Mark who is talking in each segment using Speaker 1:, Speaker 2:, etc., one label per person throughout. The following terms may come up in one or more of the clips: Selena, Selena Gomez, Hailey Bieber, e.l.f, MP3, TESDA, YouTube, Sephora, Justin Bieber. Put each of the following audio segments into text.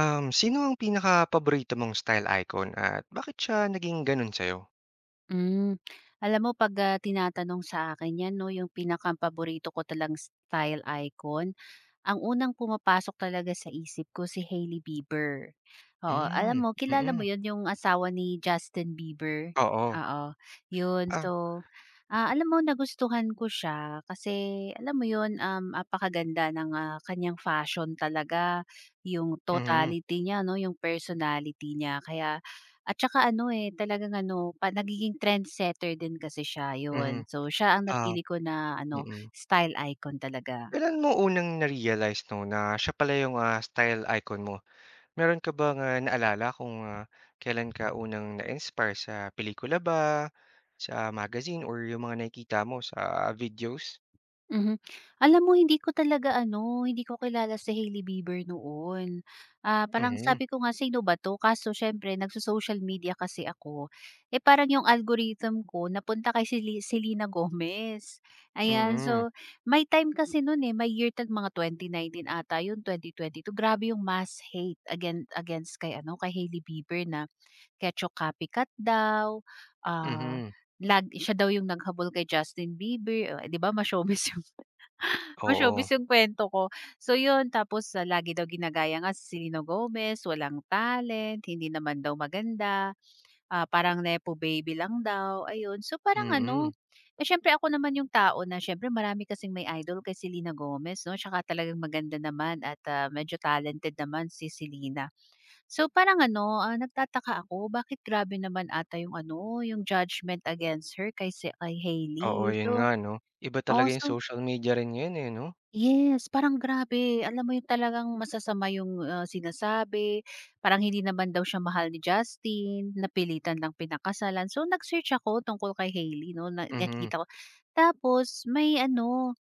Speaker 1: Sino ang pinaka paborito mong style icon at bakit siya naging gano'n sa'yo?
Speaker 2: Hmm, alam mo 'pag, tinatanong sa akin 'yan 'no, yung pinakapaborito ko talang style icon, ang unang pumapasok talaga sa isip ko si Hailey Bieber. Oo,
Speaker 1: Hmm,
Speaker 2: alam mo kilala mo
Speaker 1: mm.
Speaker 2: 'yun, yung asawa ni Justin Bieber?
Speaker 1: Oo.
Speaker 2: Oo, 'yun.
Speaker 1: Ah,
Speaker 2: So, alam mo nagustuhan ko siya kasi alam mo 'yun, napakaganda ng, kaniyang fashion talaga, yung
Speaker 1: mhm,
Speaker 2: totality niya 'no, yung personality niya kaya at saka ano, eh, talagang ano pa nagiging trendsetter din kasi siya, 'yun.
Speaker 1: mhm.
Speaker 2: So, siya ang
Speaker 1: Ah,
Speaker 2: napili ko na ano,
Speaker 1: mm.
Speaker 2: style icon talaga.
Speaker 1: Kailan mo unang na-realize 'no, na siya pala yung, style icon mo? Meron ka bang, naalala kung, kailan ka unang na-inspire, sa pelikula ba, sa magazine or yung mga nakikita mo sa videos?
Speaker 2: Mhm. Alam mo hindi ko talaga ano, hindi ko kilala si Hailey Bieber noon. Ah, parang
Speaker 1: Mhm,
Speaker 2: sabi ko nga, "Sino ba 'to?" Kaso siyempre nagso-social media kasi ako. Eh, parang yung algorithm ko napunta kay Selena Gomez, ayan.
Speaker 1: mm,
Speaker 2: So, may time kasi no'n, eh, may year tag mga 2019 ata 'yun, 2022, grabe yung mass hate against against kay ano, kay Hailey Bieber na ketso copycat daw, ah,
Speaker 1: mhm.
Speaker 2: lag siya daw yung naghabol kay Justin Bieber, oh, eh, 'di ba ma-showbiz Oh,
Speaker 1: Oo,
Speaker 2: showbiz yung kuwento ko. So yun, tapos, lagi daw ginagaya nga si Selena Gomez, walang talent, hindi naman daw maganda, parang nepo baby lang daw, ayun. So parang ano,
Speaker 1: mm.
Speaker 2: eh, siyempre ako naman yung tao na siyempre marami kasing may idol kay Selena Gomez 'no, tsaka talagang maganda naman at, medyo talented naman si Selena. So parang ano, nagtataka ako bakit grabe naman ata yung ano, yung judgment against her kay
Speaker 1: Oo,
Speaker 2: Hailey.
Speaker 1: yun
Speaker 2: So
Speaker 1: nga 'no. Iba
Speaker 2: oo,
Speaker 1: talaga yung
Speaker 2: so
Speaker 1: social media rin ngayon, eh, 'no?
Speaker 2: yes, parang grabe. Alam mo yung talagang masasama yung, sinasabi, parang hindi naman daw siya mahal ni Justin, napilitan lang pinakasalan. So, nag-search ako tungkol kay Hailey 'no, na
Speaker 1: Mhm,
Speaker 2: nakita ko. Tapos may ano.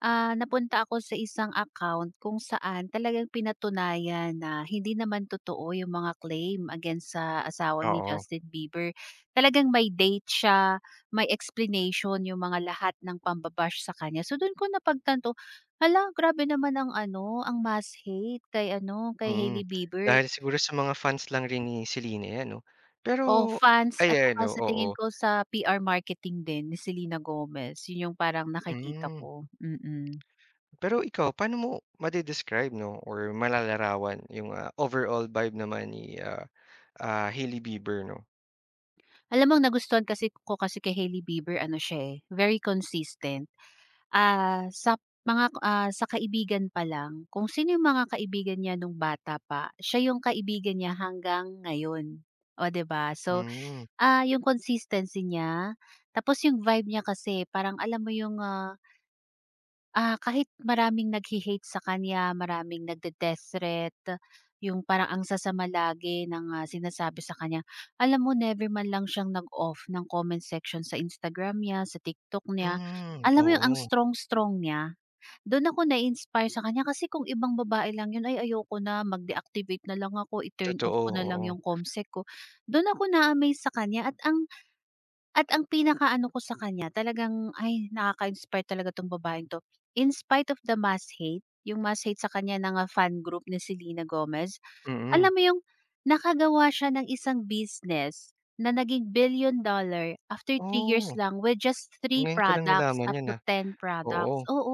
Speaker 2: Ah, napunta ako sa isang account kung saan talagang pinatunayan na hindi naman totoo yung mga claim against sa asawa ni
Speaker 1: oo,
Speaker 2: Justin Bieber. Talagang may date siya, may explanation yung mga lahat ng pambabash sa kanya. So doon ko napagtanto, hala, grabe naman ang ano, ang mass hate kay ano, kay
Speaker 1: mm.
Speaker 2: Hailey Bieber.
Speaker 1: Dahil siguro sa mga fans lang rin ni Selena 'yan 'no. Pero
Speaker 2: O fans at
Speaker 1: ayan
Speaker 2: saka
Speaker 1: 'no,
Speaker 2: sa
Speaker 1: oo,
Speaker 2: tingin ko sa PR marketing din ni Selena Gomez. Yun yung parang nakikita
Speaker 1: hmm.
Speaker 2: ko. Mm.
Speaker 1: Pero ikaw, paano mo made 'no or malalarawan yung, overall vibe naman ni, Hailey Bieber 'no?
Speaker 2: Alam mo ang nagustuhan kasi ko kasi kay Hailey Bieber ano siya, eh, very consistent. Ah, sa mga, sa kaibigan pa lang, kung sino yung mga kaibigan niya nung bata pa, siya yung kaibigan niya hanggang ngayon. O 'di ba? So,
Speaker 1: Hmm,
Speaker 2: yung consistency niya, tapos yung vibe niya kasi parang alam mo yung, kahit maraming naghe-hate sa kanya, maraming nagde-death threat, yung parang ang sasama lagi ng, sinasabi sa kanya. Alam mo never man lang siyang nag-off ng comment section sa Instagram niya, sa TikTok niya.
Speaker 1: hmm,
Speaker 2: Alam mo yung ang
Speaker 1: oo,
Speaker 2: strong-strong niya? Dun ako na-inspire sa kanya kasi kung ibang babae lang yun, "Ay ayoko na, mag-deactivate na lang ako, i-turn off
Speaker 1: totoo,
Speaker 2: ko na lang
Speaker 1: oo,
Speaker 2: yung comsec ko." Dun ako na-amaze sa kanya at ang pinakaano ko sa kanya talagang, ay nakaka-inspire talaga 'tong babaeng 'to. In spite of the mass hate, yung mass hate sa kanya ng, fan group ni Selena Gomez,
Speaker 1: mm.
Speaker 2: alam mo yung nakagawa siya ng isang business na naging billion-dollar after 3 years
Speaker 1: Oo,
Speaker 2: lang with just three
Speaker 1: ngayon ko lang
Speaker 2: products
Speaker 1: nalaman
Speaker 2: up to
Speaker 1: 'yan,
Speaker 2: ten
Speaker 1: oo,
Speaker 2: products. Oo,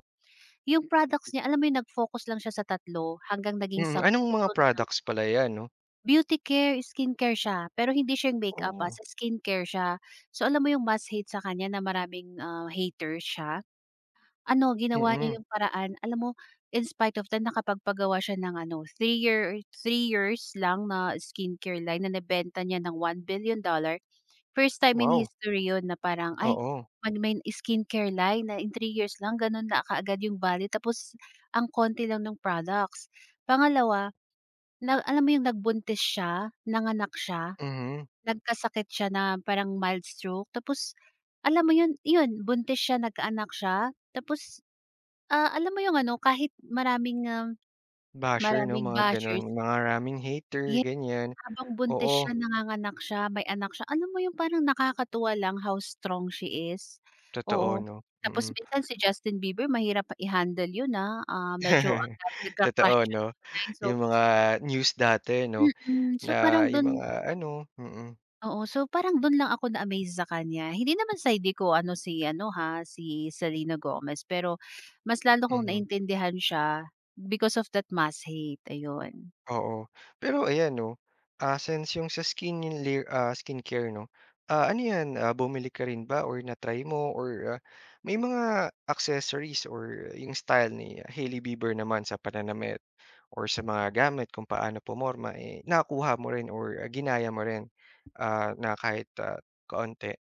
Speaker 2: yung products niya alam mo yung nag-focus lang siya sa tatlo hanggang naging
Speaker 1: mm. Anong mga
Speaker 2: 10.
Speaker 1: products pala 'yan 'no?
Speaker 2: Beauty care, skincare siya, pero hindi siya yung makeup,
Speaker 1: Oo,
Speaker 2: sa skincare siya. So alam mo yung mass hate sa kanya na maraming, haters siya, ano ginawa
Speaker 1: mm.
Speaker 2: niya yung paraan alam mo in spite of that nakapagpagawa siya ng ano 3 years lang na skincare line na nabenta niya ng one billion dollar. First time in
Speaker 1: Wow,
Speaker 2: history yun na parang, ay
Speaker 1: oo,
Speaker 2: may skincare line na in 3 years lang ganun na kaagad yung value tapos ang konti lang ng products. Pangalawa na alam mo yung nagbuntis siya, nanganak siya,
Speaker 1: mhm.
Speaker 2: nagkasakit siya na parang mild stroke tapos alam mo yun, yun buntis siya, nagkaanak siya tapos, alam mo yung ano kahit maraming,
Speaker 1: Basher 'no,
Speaker 2: maraming
Speaker 1: mga
Speaker 2: bashers
Speaker 1: gano'n, raming hater
Speaker 2: yes,
Speaker 1: ganyan.
Speaker 2: habang buntis
Speaker 1: Oo,
Speaker 2: siya, nanganganak siya, may anak siya, alam mo yung parang nakakatuwa lang how strong she is,
Speaker 1: totoo
Speaker 2: oo.
Speaker 1: 'no,
Speaker 2: Tapos
Speaker 1: mm.
Speaker 2: minsan si Justin Bieber mahirap pa i-handle yun, medyo ang nagka-crush
Speaker 1: Totoo
Speaker 2: siya
Speaker 1: 'no,
Speaker 2: online so
Speaker 1: yung mga news dati 'no,
Speaker 2: mm. So parang
Speaker 1: na yung
Speaker 2: dun.
Speaker 1: mga ano, mm,
Speaker 2: Oo, so parang dun lang ako na-amaze sa kanya. Hindi naman side ko ano si ano ha, si Selena Gomez pero mas lalo kong
Speaker 1: mhm.
Speaker 2: naintindihan siya because of that mass hate, ayun.
Speaker 1: Oo. Pero ayan 'no, since yung sa skin layer, skincare 'no, ano 'yan, bumili ka rin ba or na-try mo or, ah, may mga accessories or yung style ni Hailey Bieber naman sa pananamit or sa mga gamit kung paano pumorma, eh, nakuha mo rin or ginaya mo rin, na kahit, kaunti?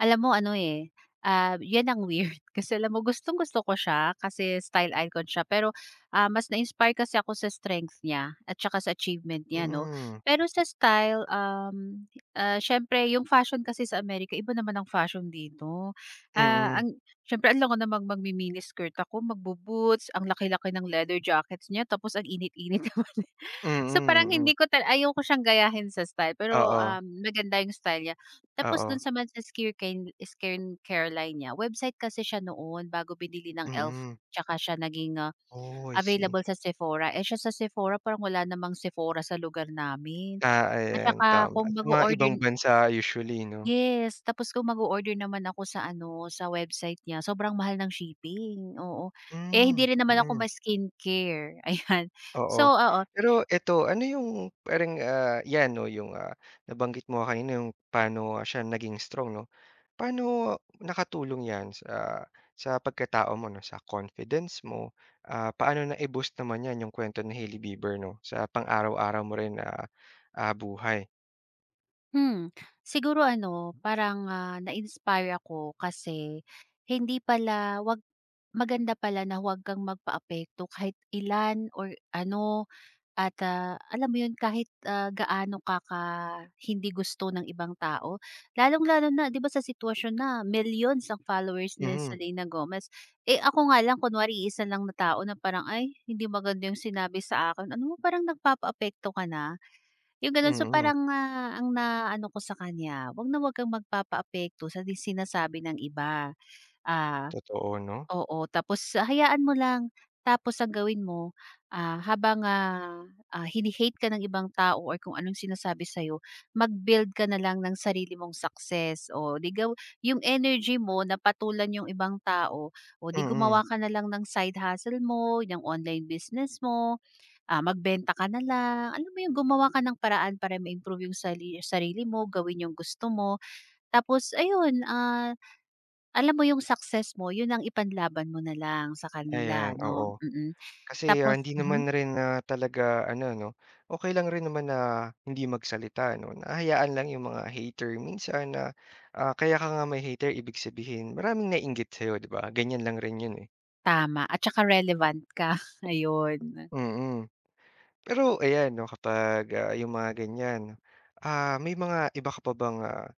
Speaker 2: Alam mo ano, eh, 'yan ang weird kasi alam mo gustong-gusto ko siya kasi style icon siya pero, mas na-inspire kasi ako sa strength niya at saka sa achievement niya 'no.
Speaker 1: Hmm,
Speaker 2: Pero sa style, siyempre yung fashion kasi sa Amerika iba naman ang fashion dito. Ah,
Speaker 1: mm,
Speaker 2: ang siyempre ang lango namang magmi-mini skirt ako, magbo-boots, ang laki-laki ng leather jackets niya tapos ang init-init naman.
Speaker 1: mm,
Speaker 2: So, parang
Speaker 1: mm. Mm.
Speaker 2: hindi ko ayoko siyang gayahin sa style pero,
Speaker 1: Oo,
Speaker 2: maganda yung style niya. Tapos dun
Speaker 1: oo,
Speaker 2: sa man skincare skincare line niya, website kasi siya noon bago binili ng e.l.f.
Speaker 1: mm.
Speaker 2: Tsaka siya naging,
Speaker 1: Oh, I see.
Speaker 2: available sa Sephora. Eh, siya sa Sephora parang wala namang Sephora sa lugar namin.
Speaker 1: Ah,
Speaker 2: At
Speaker 1: ayan
Speaker 2: saka
Speaker 1: tama.
Speaker 2: kung
Speaker 1: Sa
Speaker 2: mag
Speaker 1: mga
Speaker 2: order
Speaker 1: ibang bansa usually 'no?
Speaker 2: yes, tapos kung mag-o-order naman ako sa ano, sa website niya, sobrang mahal ng shipping, oo. Eh,
Speaker 1: Hmm,
Speaker 2: hindi rin naman ako
Speaker 1: mm,
Speaker 2: ma-skincare, ayan.
Speaker 1: oo.
Speaker 2: So, oo,
Speaker 1: Pero eto, ano yung parang, 'yan 'no, yung, nabanggit mo kanina yung paano siya naging strong 'no? Paano nakatulong 'yan sa pagkatao mo 'no, sa confidence mo? Ah, paano nai-boost naman 'yan yung kuwento ni Hailey Bieber 'no, sa pang-araw-araw mo rin na, buhay?
Speaker 2: Hmm, siguro ano parang, na-inspire ako kasi hindi pala 'wag maganda pala na huwag kang magpaapekto kahit ilan or ano at, alam mo 'yun kahit, gaano ka ka hindi gusto ng ibang tao. Lalong-lalo na 'di ba sa sitwasyon na millions ang followers ni
Speaker 1: Mhm,
Speaker 2: Selena Gomez. Eh, ako nga lang kunwari iisa lang na tao na parang, "Ay hindi maganda 'yung sinabi sa akin." Ano mo parang nagpapaapekto ka na. Yung gano'n. So,
Speaker 1: mm.
Speaker 2: parang, ang naano ko sa kanya, "Wag na wag kang magpapaapekto sa di sinasabi ng iba." Ah,
Speaker 1: Totoo 'no?
Speaker 2: oo. Tapos hayaan mo lang. Tapos ang gawin mo, habang, hini-hate ka ng ibang tao or kung anong sinasabi sa'yo, mag-build ka na lang ng sarili mong success. O di yung energy mo na patulan yung ibang tao, o di
Speaker 1: Mm,
Speaker 2: gumawa ka na lang ng side hustle mo, ng online business mo, magbenta ka na lang, alam mo yung gumawa ka ng paraan para ma-improve 'yung sarili mo, gawin 'yung gusto mo. Tapos ayun, alam mo 'yung success mo 'yun ang ipanlaban mo na lang sa kanila
Speaker 1: ayan,
Speaker 2: 'no.
Speaker 1: oo.
Speaker 2: mm.
Speaker 1: Kasi,
Speaker 2: Tapos
Speaker 1: hindi naman rin na talaga ano 'no, okey lang rin naman na hindi magsalita 'no, na lang yung mga hater minsan na, kaya ka nga may hater ibig sabihin maraming naiinggit sa'yo 'di ba, ganyan lang rin yun, eh.
Speaker 2: tama at saka relevant ka, ayun.
Speaker 1: Mm. Pero ayan 'no, kapag, yung mga ganyan, may mga iba ka pa bang,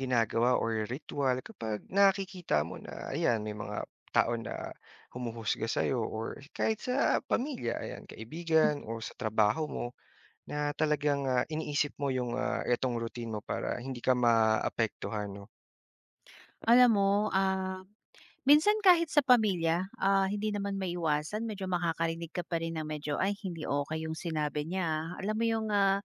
Speaker 1: ginagawa or ritual kapag nakikita mo na ayan may mga tao na humuhusga sa'yo or kahit sa pamilya, ayan, kaibigan o sa trabaho mo? Na talagang, iniisip mo yung, itong routine mo para hindi ka maapektuhan 'no?
Speaker 2: Alam mo, ah, minsan kahit sa pamilya, hindi naman maiwasan medyo makakarinig ka pa rin ng medyo, "Ay hindi okay 'yung sinabi niya, ah." Alam mo 'yung, ah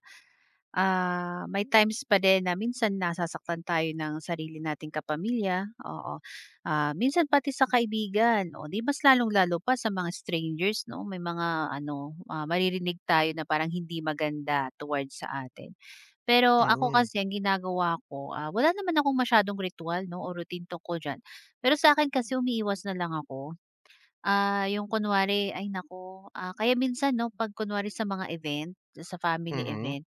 Speaker 2: Ah, may times pa din na minsan nasasaktan tayo ng sarili nating kapamilya, oo. Minsan pati sa kaibigan, o 'di mas lalong-lalo pa sa mga strangers 'no, may mga ano, maririnig tayo na parang hindi maganda towards sa atin. Pero ako
Speaker 1: Mm,
Speaker 2: kasi ang ginagawa ko, wala naman akong masyadong ritwal 'no o routine tungkol diyan. Pero sa akin kasi umiiwas na lang ako. Yung kunwari ay nako kaya minsan 'no 'pag kunwari sa mga event, sa family
Speaker 1: mhm,
Speaker 2: event,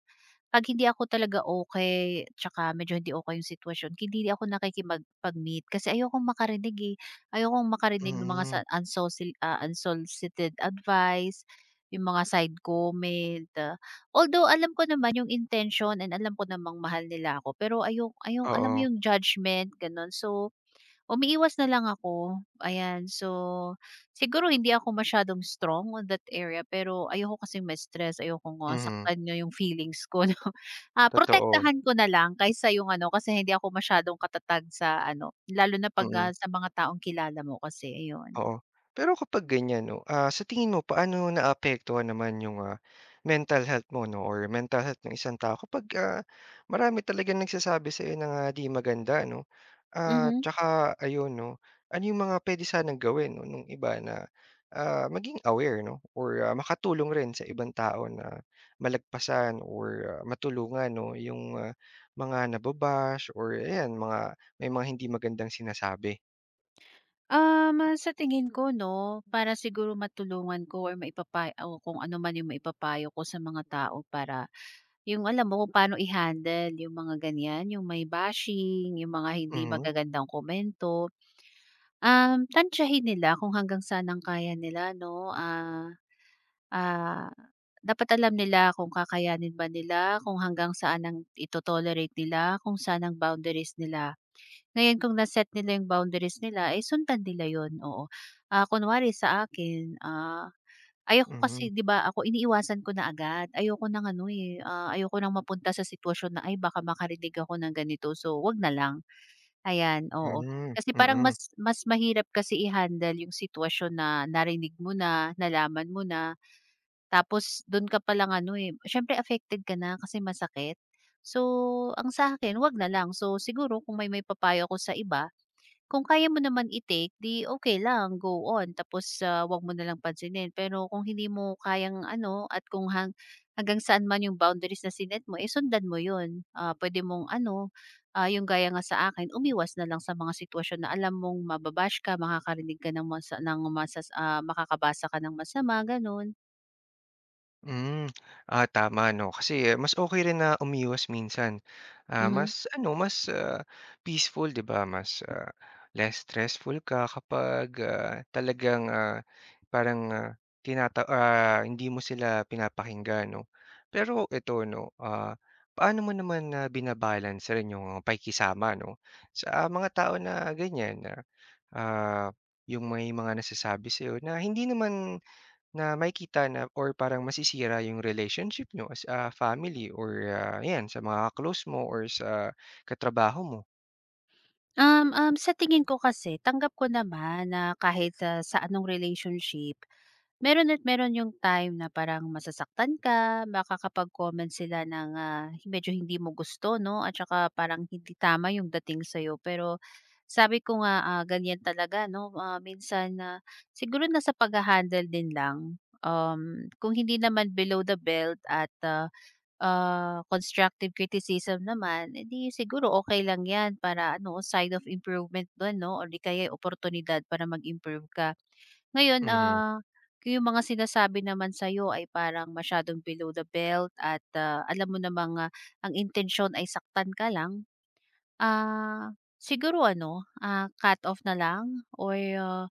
Speaker 2: 'pag hindi ako talaga okay, tsaka medyo hindi okey yung sitwasyon, hindi ako nakikipagpag-meet kasi ayokong makarinig, eh. Ayokong makarinig ng mga sa
Speaker 1: mm.
Speaker 2: unsolicited unsolicited advice, yung mga side comment. Ah. Although alam ko naman yung intention and alam ko namang mahal nila ako, pero ayong alam mo
Speaker 1: Oo,
Speaker 2: yung judgment, gano'n. So umiiwas na lang ako, ayan. So, siguro hindi ako masyadong strong on that area pero ayoko kasi ma-stress, ayokong,
Speaker 1: mhm,
Speaker 2: saktan niya yung feelings ko 'no.
Speaker 1: totoo,
Speaker 2: Protektahan ko na lang kaysa yung ano, kasi hindi ako masyadong katatag sa ano, lalo na 'pag,
Speaker 1: mm.
Speaker 2: sa mga taong kilala mo kasi, ayun.
Speaker 1: Oo. Pero kapag ganyan 'no, sa tingin mo paano naapektuhan naman yung, mental health mo 'no or mental health ng isang tao kapag, marami talaga nagsasabi sa'yo ng, di maganda 'no? At
Speaker 2: Mhm.
Speaker 1: tsaka ayun 'no, ano yung mga puwede sanang gawin 'no nung iba na, maging aware 'no or, makatulong rin sa ibang tao na malagpasan or, matulungan 'no yung, mga nababash or ayan mga may mga hindi magandang sinasabi?
Speaker 2: Sa tingin ko 'no, para siguro matulungan ko or maipapa o kung ano man yung maipapayo ko sa mga tao para yung alam mo kung paano i-handle yung mga ganyan, yung may bashing, yung mga hindi
Speaker 1: Mhm,
Speaker 2: magagandang komento. Tantyahin nila kung hanggang saan ang kaya nila 'no, ah, dapat alam nila kung kakayanin ba nila, kung hanggang saan ang ito-tolerate nila, kung saan ang boundaries nila. Ngayon kung set nila yung boundaries nila, eh, sundan nila yun, oo. Kunwari sa akin, ay, ako
Speaker 1: mhm.
Speaker 2: kasi 'di ba ako iniiwasan ko na agad. Ayoko ng ano, eh, ayoko nang mapunta sa sitwasyon na, "Ay baka makarinig ako ng ganito." So, 'wag na lang, ayan, oo.
Speaker 1: Hmm,
Speaker 2: Kasi parang
Speaker 1: mm.
Speaker 2: mas mas mahirap kasi i-handle yung sitwasyon na narinig mo na, nalaman mo na, tapos dun ka palang ano, eh, siyempre affected ka na kasi masakit. So, ang sa akin 'wag na lang. So, siguro kung may papayo ko sa iba kung kaya mo naman i-take, 'di okay lang, go on. Tapos, 'wag mo na lang pansinin. Pero kung hindi mo kayang ano at kung hanggang saan man yung boundaries na sinet mo, eh, sundan mo 'yun. Pwede mong ano, yung gaya nga sa akin, umiwas na lang sa mga sitwasyon na alam mong mababash ka, makakarinig ka ng masa ng masas ah, makakabasa ka ng masama, gano'n.
Speaker 1: Hmm, tama 'no, kasi eh, mas okay rin na umiwas minsan. Ah,
Speaker 2: Mhm.
Speaker 1: mas ano, mas, peaceful 'di ba, mas, less stressful ka kapag, talagang, parang, hindi mo sila pinapakinggan 'no. Pero ito 'no, paano mo naman na bina rin yung pakikisama 'no, sa mga tao na ganyan na, ah, yung may mga nasasabi sa'yo na hindi naman na makikita na or parang masisira yung relationship nyo as a family or, 'yan sa mga ka-close mo or sa katrabaho mo.
Speaker 2: Um, um, Sa tingin ko kasi tanggap ko naman na kahit, sa anong relationship meron at meron yung time na parang masasaktan ka, makakapag-comment sila ng, medyo hindi mo gusto 'no, at saka parang hindi tama yung dating sa'yo. Pero sabi ko nga, ganyan talaga 'no, minsan na siguro nasa pagha-handle din lang. Kung hindi naman below the belt at, constructive criticism naman, edi siguro okay lang 'yan para ano, sign of improvement dun 'no, o 'di kaya'y oportunidad para mag-improve ka. Ngayon,
Speaker 1: Mhm,
Speaker 2: yung mga sinasabi naman sa'yo ay parang masyadong below the belt at, alam mo namang, ang intensyon ay saktan ka lang. Ah, Siguro ano, cut off na lang or,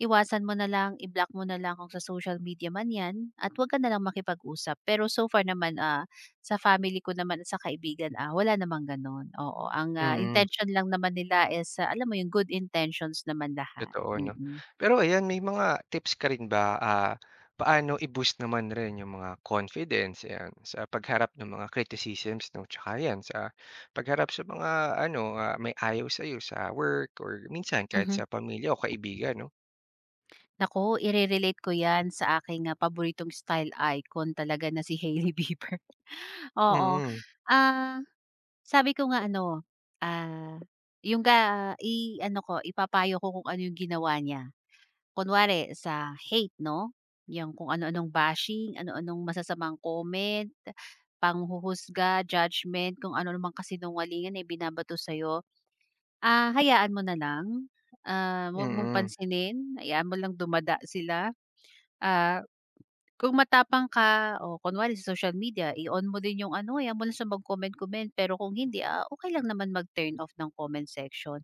Speaker 2: iwasan mo na lang, i-block mo na lang kung sa social media man 'yan at 'wag ka na lang makipag-usap. Pero so far naman, sa family ko naman at sa kaibigan, wala namang gano'n, oo. Ang,
Speaker 1: mm,
Speaker 2: intention lang naman nila is, alam mo yung good intentions naman lahat.
Speaker 1: totoo 'no.
Speaker 2: Mm.
Speaker 1: Pero ayan, may mga tips ka rin ba, paano i-boost naman rin yung mga confidence, 'yan, sa pagharap ng mga criticisms 'no, tsaka 'yan sa pagharap sa mga ano, may ayaw sa'yo sa work or minsan kahit
Speaker 2: Mhm.
Speaker 1: sa pamilya o kaibigan 'no?
Speaker 2: Nako irerelate ko 'yan sa aking, paboritong style icon talaga na si Hailey Bieber. Oo,
Speaker 1: Mm,
Speaker 2: ah, sabi ko nga ano, ah, yung i-ano ko, ipapayo ko kung ano yung ginawa niya. Kunwari sa hate 'no, yung kung ano-anong bashing, ano-anong masasamang comment, panghuhusga, judgment, kung ano namang kasinungalingan na ibinabato sa'yo. Hayaan mo na lang, 'wag mong
Speaker 1: mm.
Speaker 2: pansinin, hayaan mo lang dumada sila, ah kung matapang ka, o kunwari sa social media, i-on mo din yung ano, eh, mo lang siyang mag-comment-comment. Pero kung hindi, okay lang naman mag-turn off ng comment section.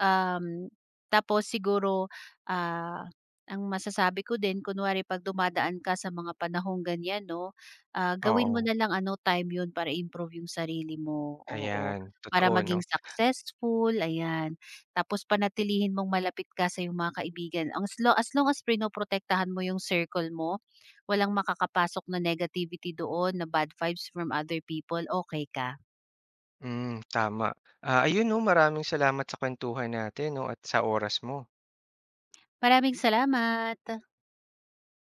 Speaker 2: Um, Tapos siguro, ah, ang masasabi ko din kunwari 'pag dumadaan ka sa mga panahong ganyan 'no, gawin mo
Speaker 1: Oo,
Speaker 2: na lang ano, time 'yun para improve yung sarili mo, oo.
Speaker 1: ayan,
Speaker 2: Para
Speaker 1: totoo 'no.
Speaker 2: maging successful, ayan. Tapos panatilihin mong malapit ka sa yung mga kaibigan. Ang as long as prinoprotektahan mo yung circle mo, walang makakapasok na negativity doon, na bad vibes from other people, okay ka.
Speaker 1: Hmm, tama. Ah, ayun 'no, maraming salamat sa kuwentuhan natin 'no, at sa oras mo.
Speaker 2: Maraming salamat.